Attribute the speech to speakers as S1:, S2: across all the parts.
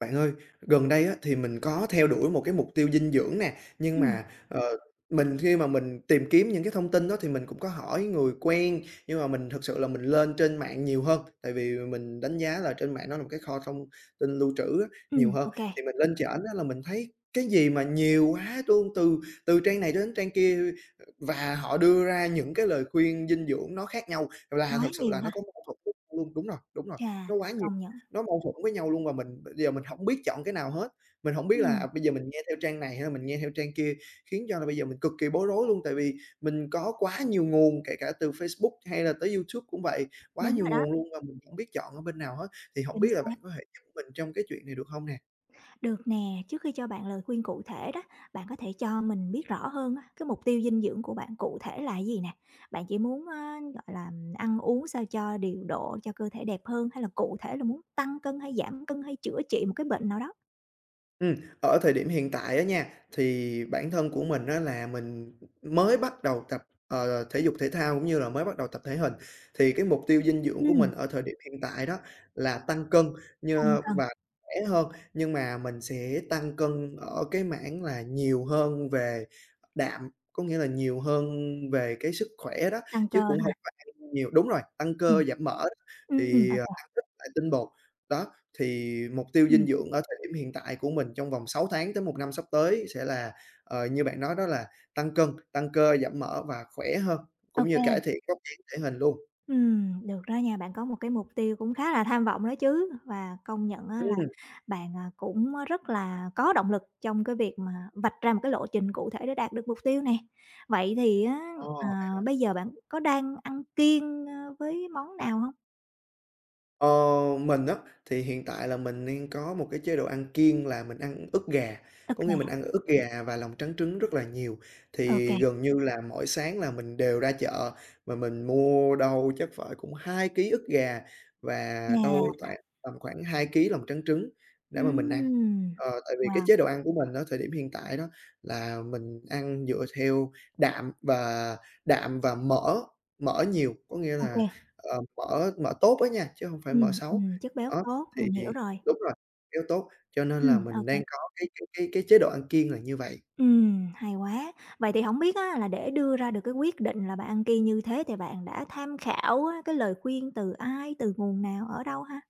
S1: Bạn ơi, gần đây á, thì mình có theo đuổi một cái mục tiêu dinh dưỡng nè, nhưng
S2: Ừm,
S1: mà, mình khi mà mình tìm kiếm những cái thông tin đó thì mình cũng có hỏi người quen, nhưng mà mình thực sự là mình lên trên mạng nhiều hơn, tại vì mình đánh giá là trên mạng nó là một cái kho thông tin lưu trữ á, nhiều hơn.
S2: ô kê,
S1: Thì mình lên trển á là mình thấy cái gì mà nhiều quá luôn, từ từ trang này đến trang kia, và họ đưa ra những cái lời khuyên dinh dưỡng nó khác nhau là
S2: quá
S1: thực sự
S2: nhiều
S1: là nó
S2: ha.
S1: có mâu thuẫn luôn, đúng rồi,
S2: Chà,
S1: nó quá nhiều
S2: công nhận.
S1: nó mâu thuẫn với nhau luôn và mình bây giờ mình hổng biết chọn cái nào hết. Mình hổng biết là,
S2: Ừm.
S1: à, bây giờ mình nghe theo trang này hay là mình nghe theo trang kia, khiến cho là bây giờ mình cực kỳ bối rối luôn. Tại vì mình có quá nhiều nguồn, kể cả từ Facebook hay là tới YouTube cũng vậy, quá
S2: Đúng
S1: nhiều
S2: rồi đó,
S1: nguồn luôn và mình hổng biết chọn ở bên nào hết. Thì hổng
S2: chính
S1: biết là bạn
S2: xác.
S1: có thể giúp mình trong cái chuyện này được hông nè?
S2: Được nè, trước khi cho bạn lời khuyên cụ thể đó, bạn có thể cho mình biết rõ hơn á, cái mục tiêu dinh dưỡng của bạn cụ thể là cái gì nè? Bạn chỉ muốn á, gọi là, ăn uống sao cho điều độ, cho cơ thể đẹp hơn, hay là cụ thể là muốn tăng cân hay giảm cân hay chữa trị một cái bệnh nào đó?
S1: Ừm, ở thời điểm hiện tại á nha, thì bản thân của mình á là mình mới bắt đầu tập, thể dục thể thao cũng như là mới bắt đầu tập thể hình. Thì cái mục tiêu dinh dưỡng của
S2: Ừm,
S1: mình ở thời điểm hiện tại đó là tăng cân
S2: tăng
S1: nhơ
S2: cân.
S1: và khỏe hơn, nhưng mà mình sẽ tăng cân ở cái mảng là nhiều hơn về đạm, có nghĩa là nhiều hơn về cái sức khỏe đó,
S2: Tăng
S1: chứ
S2: cơ
S1: cũng không
S2: ha?
S1: phải ăn nhiều đúng rồi, tăng
S2: Ừm,
S1: cơ giảm mỡ đó, thì,
S2: ô kê,
S1: ăn ít lại tinh bột. Đó, thì mục tiêu dinh
S2: ừm,
S1: dưỡng ở thời điểm hiện tại của mình trong vòng 6 tháng tới một năm sắp tới sẽ là, như bạn nói đó là tăng cân, tăng cơ, giảm mỡ và khỏe hơn,
S2: ô
S1: cũng như
S2: kê.
S1: cải thiện vóc dáng, thể hình luôn.
S2: Được đó nha, bạn có một cái mục tiêu cũng khá là tham vọng đó chứ, và công nhận á là
S1: Ừm,
S2: bạn, cũng rất là có động lực trong cái việc mà vạch ra một cái lộ trình cụ thể để đạt được mục tiêu này. Vậy thì á, ờ,
S1: ờ.
S2: bây giờ bạn có đang ăn kiêng, với món nào không?
S1: Ờ, mình á, thì hiện tại là mình đang có một cái chế độ ăn kiêng là mình ăn ức gà, có nghĩa mình
S2: Ok,
S1: ăn ức gà và lòng trắng trứng rất là nhiều.
S2: ok
S1: Thì
S2: nè.
S1: gần như là mỗi sáng là mình đều ra chợ và mình mua đâu chắc phải cũng 2 ký ức gà và đâu tại tầm khoảng 2 ký lòng trắng trứng để mà mình ăn.
S2: Ừm,
S1: Ờ, tại vì cái
S2: wow,
S1: chế độ ăn của mình đó thời điểm hiện tại đó là mình ăn dựa theo đạm và đạm và mỡ, mỡ nhiều, có nghĩa là
S2: ok.
S1: ờ, mở mở tốt á nha, chứ hông phải mở
S2: Ừm,
S1: xấu.
S2: chất béo
S1: Đó,
S2: tốt,
S1: thì
S2: mình hiểu rồi.
S1: đúng rồi, kéo tốt, cho nên là
S2: Ô.
S1: mình đang có cái chế độ ăn kiêng là như vậy.
S2: Hay quá. Vậy thì không biết á là để đưa ra được cái quyết định là bạn ăn kiêng như thế thì bạn đã tham khảo á cái lời khuyên từ ai, từ nguồn nào, ở đâu ha?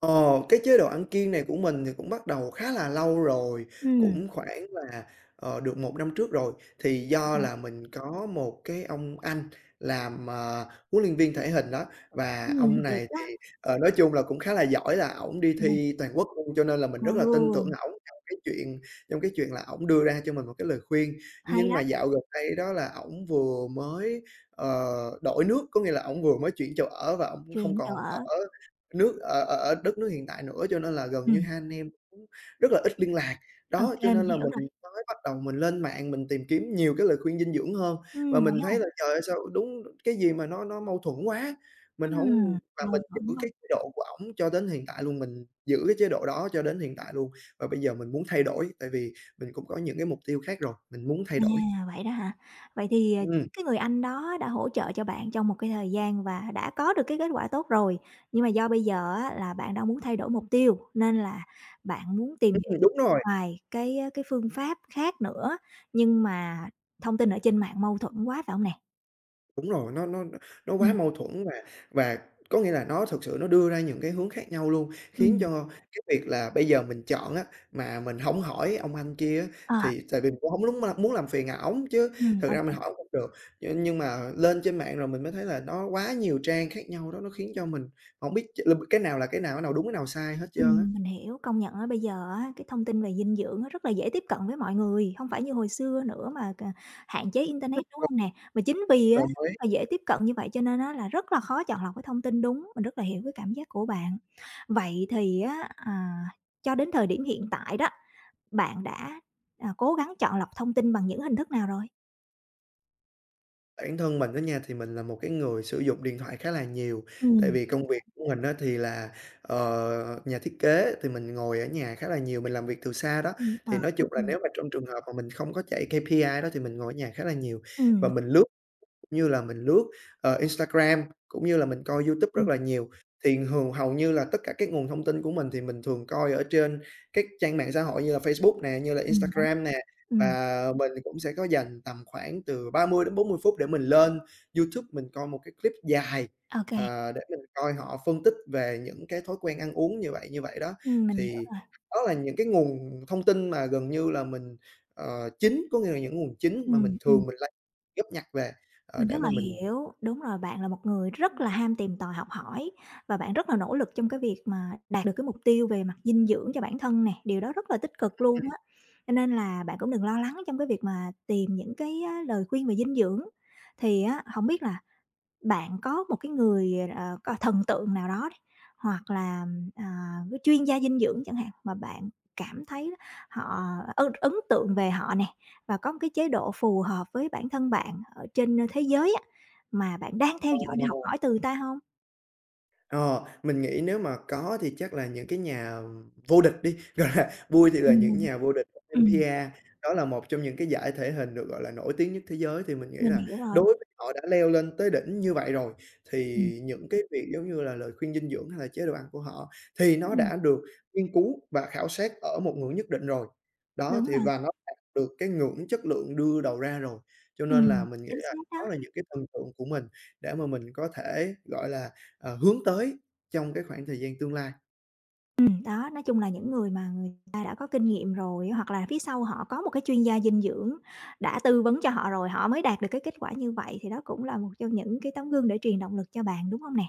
S1: Ờ, cái chế độ ăn kiêng này của mình thì cũng bắt đầu khá là lâu rồi,
S2: Ừm,
S1: cũng khoảng là, được một năm trước rồi. Thì
S2: Thật
S1: do
S2: là,
S1: là mình có một cái ông anh làm, huấn luyện viên thể hình đó, và ông
S2: được
S1: này
S2: đó.
S1: thì, nói chung là cũng khá là giỏi, là ổng đi thi toàn quốc luôn, cho nên là mình rất là tin tưởng
S2: Ừ,
S1: ổng trong cái chuyện là ổng đưa ra cho mình một cái lời khuyên.
S2: hay
S1: Nhưng mà
S2: đó,
S1: dạo gần đây đó là ổng vừa mới, ờ, đổi nước, có nghĩa là ổng vừa mới chuyển chỗ ở và ổng không
S2: chuyện chỗ
S1: còn ở
S2: ở.
S1: nước ở ở ở đất nước hiện tại nữa, cho nên là gần như
S2: Ừm,
S1: hai anh em cũng rất là ít liên lạc.
S2: ô
S1: Đó, cho
S2: kê, mình
S1: nên là
S2: hiểu
S1: mình
S2: rồi.
S1: mới bắt đầu mình lên mạng mình tìm kiếm nhiều cái lời khuyên dinh dưỡng hơn, và
S2: Vậy
S1: mình
S2: ha?
S1: thấy là trời ơi, sao đúng cái gì mà nó mâu thuẫn quá, mình hổng và mình
S2: Mâu
S1: giữ
S2: thuẫn quá.
S1: cái chế độ của ổng cho đến hiện tại luôn, mình giữ cái chế độ đó cho đến hiện tại luôn. Và bây giờ mình muốn thay đổi, tại vì mình cũng có những cái mục tiêu khác rồi, mình muốn thay
S2: À,
S1: đổi.
S2: vậy đó hả? Vậy thì,
S1: Ừm,
S2: cái người anh đó đã hỗ trợ cho bạn trong một cái thời gian và đã có được cái kết quả tốt rồi, nhưng mà do bây giờ á là bạn đang muốn thay đổi mục tiêu, nên là bạn muốn tìm
S1: đúng rồi.
S2: vài cái phương pháp khác nữa, nhưng mà thông tin ở trên mạng mâu thuẫn quá, phải hông nè?
S1: Đúng rồi, nó quá
S2: Ừm,
S1: mâu thuẫn và có nghĩa là nó thực sự nó đưa ra những cái hướng khác nhau luôn, khiến
S2: ừm.
S1: cho cái việc là bây giờ mình chọn á, mà mình hổng hỏi ông anh kia á,
S2: Ờ,
S1: thì tại vì mình cũng hổng lúng muốn làm phiền ổng chứ thực
S2: ô,
S1: ra mình hỏi cũng được. Nhưng mà lên trên mạng rồi mình mới thấy là nó quá nhiều trang khác nhau đó, nó khiến cho mình hổng biết ch l cái nào là cái nào đúng cái nào sai hết trơn á.
S2: mình hiểu. Công nhận á, bây giờ á, cái thông tin về dinh dưỡng á, rất là dễ tiếp cận với mọi người, hông phải như hồi xưa nữa mà c hạn chế internet, đúng hông nè? Mà chính vì á,
S1: Đồng
S2: rất
S1: ý.
S2: là dễ tiếp cận như vậy cho nên á, là rất là khó chọn lọc cái thông tin đúng, mình rất là hiểu cái cảm giác của bạn. Vậy thì á, cho đến thời điểm hiện tại đó, bạn đã, cố gắng chọn lọc thông tin bằng những hình thức nào rồi?
S1: Bản thân mình á nha, thì mình là một cái người sử dụng điện thoại khá là nhiều, tại
S2: Ừm.
S1: vì công việc của mình á thì là, nhà thiết kế thì mình ngồi ở nhà khá là nhiều, mình làm việc từ xa đó.
S2: Ờ
S1: Thì
S2: ha.
S1: nói chung là
S2: Ừm,
S1: nếu mà trong trường hợp mà mình không có chạy KPI đó thì mình ngồi ở nhà khá là nhiều
S2: ừm,
S1: và mình lướt cũng như là mình lướt, ờ, Instagram, cũng như là mình coi YouTube
S2: ừm,
S1: rất là nhiều. Thì hầu như là tất cả các nguồn thông tin của mình thì mình thường coi ở trên các trang mạng xã hội như là Facebook nè, như là
S2: đúng,
S1: Instagram nè,
S2: ừm,
S1: và mình cũng sẽ có dành tầm khoảng từ 30 đến 40 phút để mình lên YouTube mình coi một cái clip dài,
S2: ô kê,
S1: để mình coi họ phân tích về những cái thói quen ăn uống như vậy đó.
S2: mình hiểu
S1: Thì
S2: rồi.
S1: đó là những cái nguồn thông tin mà gần như là mình, chính, có nghĩa là những nguồn chính mà mình
S2: Ừm, ừm,
S1: thường mình lấy góp nhặt về. Ờ,
S2: mình
S1: để
S2: rất
S1: mà
S2: là
S1: mình,
S2: hiểu, đúng rồi, bạn là một người rất là ham tìm tòi học hỏi và bạn rất là nỗ lực trong cái việc mà đạt được cái mục tiêu về mặt dinh dưỡng cho bản thân nè, điều đó rất là tích cực luôn á. Cho nên là bạn cũng đừng lo lắng trong cái việc mà tìm những cái á lời khuyên về dinh dưỡng. Thì á, hổng biết là bạn có một cái người, ờ, c thần tượng nào đó đi, hoặc là, ờ, cái chuyên gia dinh dưỡng chẳng hạn, mà bạn cảm thấy họ ấn ấn tượng về họ nè, và có một cái chế độ phù hợp với bản thân bạn ở trên, thế giới á, mà bạn đang theo
S1: ờ.
S2: dõi để học hỏi từ ta không?
S1: Ờ, mình nghĩ nếu mà có thì chắc là những cái nhà vô địch đi, gọi là, vui thì là
S2: Ừm,
S1: những
S2: ừm,
S1: nhà vô địch Olympia, đó là một trong những cái giải thể hình được, gọi là, nổi tiếng nhất thế giới thì mình nghĩ
S2: mình
S1: là
S2: hiểu rồi.
S1: đối với họ đã leo lên tới đỉnh như vậy rồi, thì
S2: Ừm,
S1: những cái việc giống như là lời khuyên dinh dưỡng hay là chế độ ăn của họ thì nó
S2: ừm.
S1: đã được nghiên cứu và khảo sát ở một ngưỡng nhất định rồi. Đó,
S2: Đúng
S1: thì
S2: rồi,
S1: và nó đạt được cái ngưỡng chất lượng đưa đầu ra rồi, cho nên là mình nghĩ
S2: chính
S1: là
S2: xác
S1: đó
S2: đó.
S1: là những cái thần tượng của mình để mà mình có thể, gọi là, hướng tới trong cái khoảng thời gian tương lai.
S2: Đó, nói chung là những người mà người ta đã có kinh nghiệm rồi hoặc là phía sau họ có một cái chuyên gia dinh dưỡng đã tư vấn cho họ rồi, họ mới đạt được cái kết quả như vậy thì đó cũng là một trong những cái tấm gương để truyền động lực cho bạn, đúng không nè?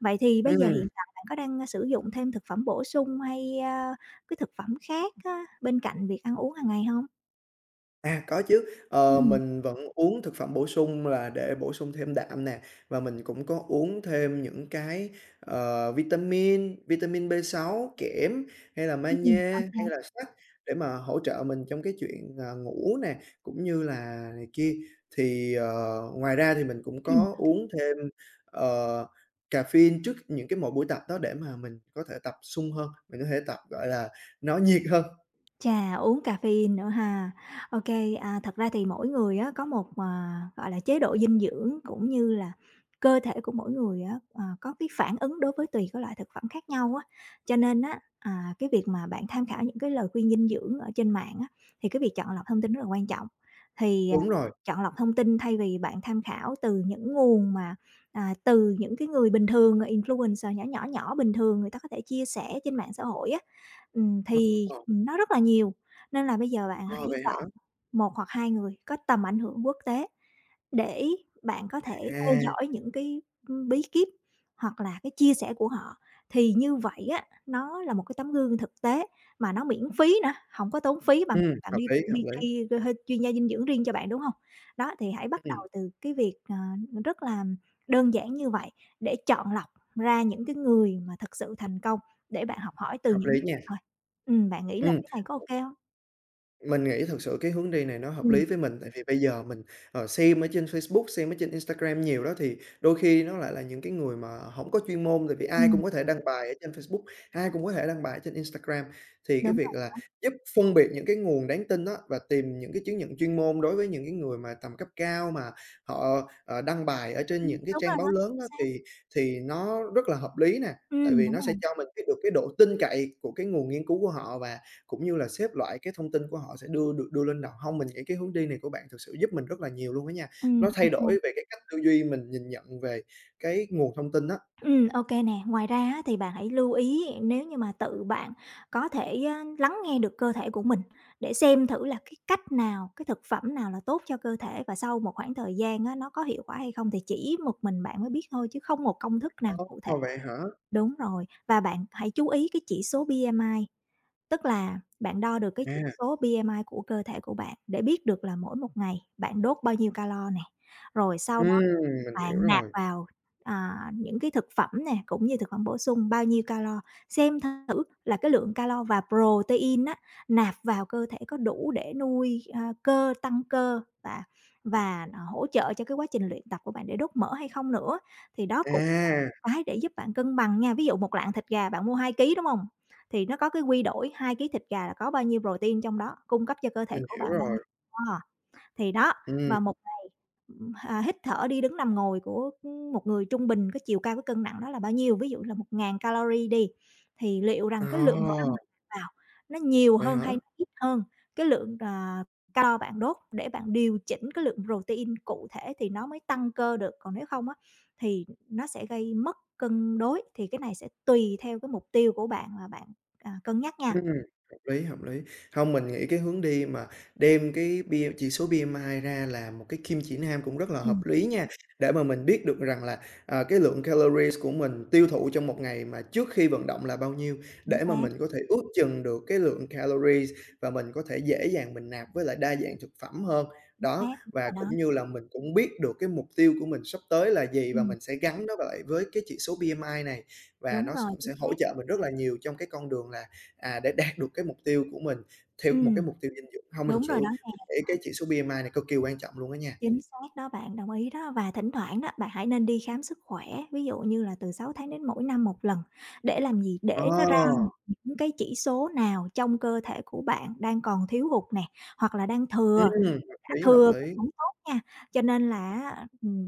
S2: Vậy thì bây giờ
S1: Ừm.
S2: hiện tại bạn có đang, sử dụng thêm thực phẩm bổ sung hay, cái thực phẩm khác á, bên cạnh việc ăn uống hàng ngày không?
S1: À, có chứ,
S2: Ừm,
S1: mình vẫn uống thực phẩm bổ sung là để bổ sung thêm đạm nè, và mình cũng có uống thêm những cái, vitamin B6, kẽm, hay là magie,
S2: ô.
S1: hay là sắt để mà hỗ trợ mình trong cái chuyện, à, ngủ nè, cũng như là này kia. Thì, ngoài ra thì mình cũng có uống thêm, ờ, caffeine trước những cái mỗi buổi tập đó để mà mình có thể tập sung hơn, mình có thể tập, gọi là, nó nhiệt hơn.
S2: Chà, uống caffeine nữa ha. Ok. Thật ra thì mỗi người á có một, gọi là, chế độ dinh dưỡng cũng như là cơ thể của mỗi người á, có cái phản ứng đối với tùy cái loại thực phẩm khác nhau á. Cho nên á, cái việc mà bạn tham khảo những cái lời khuyên dinh dưỡng ở trên mạng á, thì cái việc chọn lọc thông tin rất là quan trọng. Thì,
S1: Đúng rồi.
S2: chọn lọc thông tin thay vì bạn tham khảo từ những nguồn mà, từ những cái người bình thường, influencer nhỏ, nhỏ, nhỏ bình thường người ta có thể chia sẻ trên mạng xã hội á, ừm, thì,
S1: Ờ,
S2: nó rất là nhiều, nên là bây giờ bạn
S1: ờ,
S2: hãy
S1: vậy hả?
S2: chọn một hoặc 2 người có tầm ảnh hưởng quốc tế để bạn có thể theo
S1: À.
S2: dõi những cái, bí kíp hoặc là cái chia sẻ của họ. Thì như vậy á, nó là một cái tấm gương thực tế mà nó miễn phí nữa, hổng có tốn phí bằng bạn
S1: Hợp
S2: đi
S1: lý,
S2: thuê
S1: hợp lý.
S2: PT rồi thuê chuyên gia dinh dưỡng riêng cho bạn, đúng hông? Đó, thì hãy bắt
S1: Ừm,
S2: đầu từ cái việc, rất là đơn giản như vậy để chọn lọc ra những cái người mà thực sự thành công để bạn học hỏi từ
S1: hợp
S2: những
S1: lý
S2: người
S1: nha.
S2: họ. Bạn nghĩ là
S1: Ừm.
S2: cái này có ô kê hông?
S1: Mình nghĩ thực sự cái hướng đi này nó hợp
S2: Ừm,
S1: lý với mình, tại vì bây giờ mình, xem ở trên Facebook, xem ở trên Instagram nhiều đó, thì đôi khi nó lại là những cái người mà không có chuyên môn, tại vì ai
S2: Ừm.
S1: cũng có thể đăng bài ở trên Facebook, ai cũng có thể đăng bài trên Instagram. Thì cái
S2: Đúng
S1: việc
S2: rồi,
S1: là giúp phân biệt những cái nguồn đáng tin đó và tìm những cái chứng nhận chuyên môn đối với những cái người mà tầm cấp cao mà họ, đăng bài ở trên những cái
S2: đúng
S1: trang
S2: rồi
S1: báo
S2: đó,
S1: lớn
S2: chính
S1: á,
S2: xác.
S1: thì nó rất là hợp lý nè, tại vì
S2: Đúng
S1: nó sẽ
S2: rồi,
S1: cho mình biết được cái độ tin cậy của cái nguồn nghiên cứu của họ và cũng như là xếp loại cái thông tin của họ sẽ được đưa lên đầu không mình nghĩ cái hướng đi này của bạn thực sự giúp mình rất là nhiều luôn á nha. Nó
S2: ô
S1: thay
S2: kê.
S1: đổi về cái cách tư duy mình nhìn nhận về cái nguồn thông tin á.
S2: Ô kê nè, ngoài ra á thì bạn hãy lưu ý nếu như mà tự bạn có thể á lắng nghe được cơ thể của mình để xem thử là cái cách nào, cái thực phẩm nào là tốt cho cơ thể và sau một khoảng thời gian á nó có hiệu quả hay không thì chỉ một mình bạn mới biết thôi chứ không một công thức nào
S1: Ồ,
S2: cụ thể.
S1: vậy hả?
S2: Đúng rồi, và bạn hãy chú ý cái chỉ số BMI, tức là bạn đo được cái
S1: À,
S2: chỉ số BMI của cơ thể của bạn để biết được là mỗi một ngày bạn đốt bao nhiêu calo nè, rồi sau
S1: ừm, mình
S2: bạn
S1: hiểu
S2: nạp
S1: rồi.
S2: vào, những cái thực phẩm nè, cũng như thực phẩm bổ sung bao nhiêu calo, xem thử là cái lượng calo và protein á, nạp vào cơ thể có đủ để nuôi, cơ, tăng cơ và hỗ trợ cho cái quá trình luyện tập của bạn để đốt mỡ hay không nữa. Thì đó cũng là
S1: À,
S2: cái để giúp bạn cân bằng nha. Ví dụ 1 lạng thịt gà bạn mua 2 ký, đúng không? Thì nó có cái quy đổi 2 ký thịt gà là có bao nhiêu protein trong đó, cung cấp cho cơ thể
S1: mình
S2: của
S1: hiểu
S2: bạn bao nhiêu.
S1: rồi.
S2: Ờ, thì đó,
S1: Ừm.
S2: và một hít thở, đi, đứng, nằm, ngồi của, một người trung bình, cái chiều cao, cái cân nặng đó là bao nhiêu, ví dụ là 1.000 calorie đi, thì liệu rằng cái lượng đồ ăn
S1: Ờ,
S2: mà bạn vào nó nhiều
S1: vậy
S2: hơn
S1: hả?
S2: hay nó ít hơn cái lượng, calo bạn đốt để bạn điều chỉnh cái lượng protein cụ thể thì nó mới tăng cơ được, còn nếu không á thì nó sẽ gây mất cân đối, thì cái này sẽ tùy theo cái mục tiêu của bạn mà bạn, cân nhắc nha.
S1: Ừm, hợp lý, hợp lý. Hông, mình nghĩ cái hướng đi mà đem cái P chỉ số BMI ra làm một cái kim chỉ nam cũng rất là
S2: Ừm,
S1: hợp lý nha, để mà mình biết được rằng là, à, cái lượng calories của mình tiêu thụ trong một ngày mà trước khi vận động là bao nhiêu,
S2: chính
S1: để mà
S2: xác,
S1: mình có thể ước chừng được cái lượng calories và mình có thể dễ dàng mình nạp với lại đa dạng thực phẩm hơn.
S2: chính
S1: Đó,
S2: xác, đúng
S1: và
S2: rồi đó.
S1: cũng như là mình cũng biết được cái mục tiêu của mình sắp tới là gì và
S2: Ừm,
S1: mình sẽ gắn nó lại với cái chỉ số BMI này, và
S2: đúng
S1: nó s
S2: rồi,
S1: cũng
S2: chính
S1: sẽ hỗ
S2: xác.
S1: trợ mình rất là nhiều trong cái con đường là À, để đạt được cái mục tiêu của mình theo một cái
S2: Ừm,
S1: mục tiêu dinh dưỡng hông, mình thực
S2: đúng rồi đó.
S1: sự mình nghĩ cái chỉ số BMI này cực kỳ quan trọng luôn á nha.
S2: Chính xác đó bạn, đồng ý đó. Và thỉnh thoảng đó, bạn hãy nên đi khám sức khỏe, ví dụ như là từ 6 tháng đến mỗi năm một lần. Để làm gì? Để nó ra
S1: Ờ,
S2: những cái chỉ số nào trong cơ thể của bạn đang còn thiếu hụt nè, hoặc là đang thừa,
S1: hợp
S2: đã
S1: lý, hợp
S2: thừa cũng
S1: lý.
S2: không tốt nha. Cho nên là á,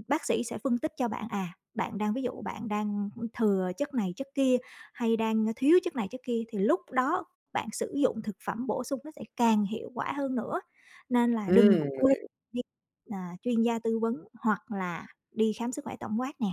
S2: bác sĩ sẽ phân tích cho bạn, bạn đang ví dụ bạn đang thừa chất này chất kia, hay đang thiếu chất này chất kia, thì lúc đó bạn sử dụng thực phẩm bổ sung nó sẽ càng hiệu quả hơn nữa. Nên là đừng
S1: Ừm.
S2: quên chuyên gia tư vấn hoặc là đi khám sức khỏe tổng quát nè.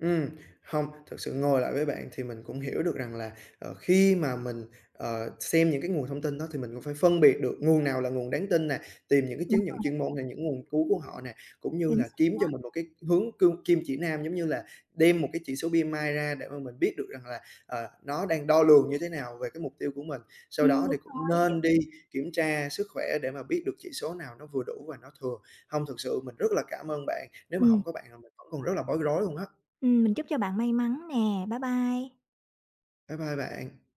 S1: Ừm, hông, thực sự ngồi lại với bạn thì mình cũng hiểu được rằng là, khi mà mình, xem những cái nguồn thông tin đó thì mình cũng phải phân biệt được nguồn nào là nguồn đáng tin nè, tìm những cái
S2: Đúng,
S1: chứng nhận chuyên môn hay những nguồn cứu của họ nè, cũng như
S2: chính
S1: là
S2: xác
S1: kiếm cho
S2: đó.
S1: mình một cái hướng kim chỉ nam, giống như là đem một cái chỉ số BMI ra để mà mình biết được rằng là, nó đang đo lường như thế nào về cái mục tiêu của mình. Sau đó thì
S2: Đúng
S1: cũng
S2: rồi, chính
S1: nên đi kiểm tra sức khỏe để mà biết được chỉ số nào nó vừa đủ và nó thừa. Không thực sự mình rất là cảm ơn bạn, nếu mà
S2: ừm,
S1: không có bạn là mình vẫn còn rất là bối rối luôn á.
S2: mình chúc cho bạn may mắn nè. Bye bye.
S1: Bye bye bạn.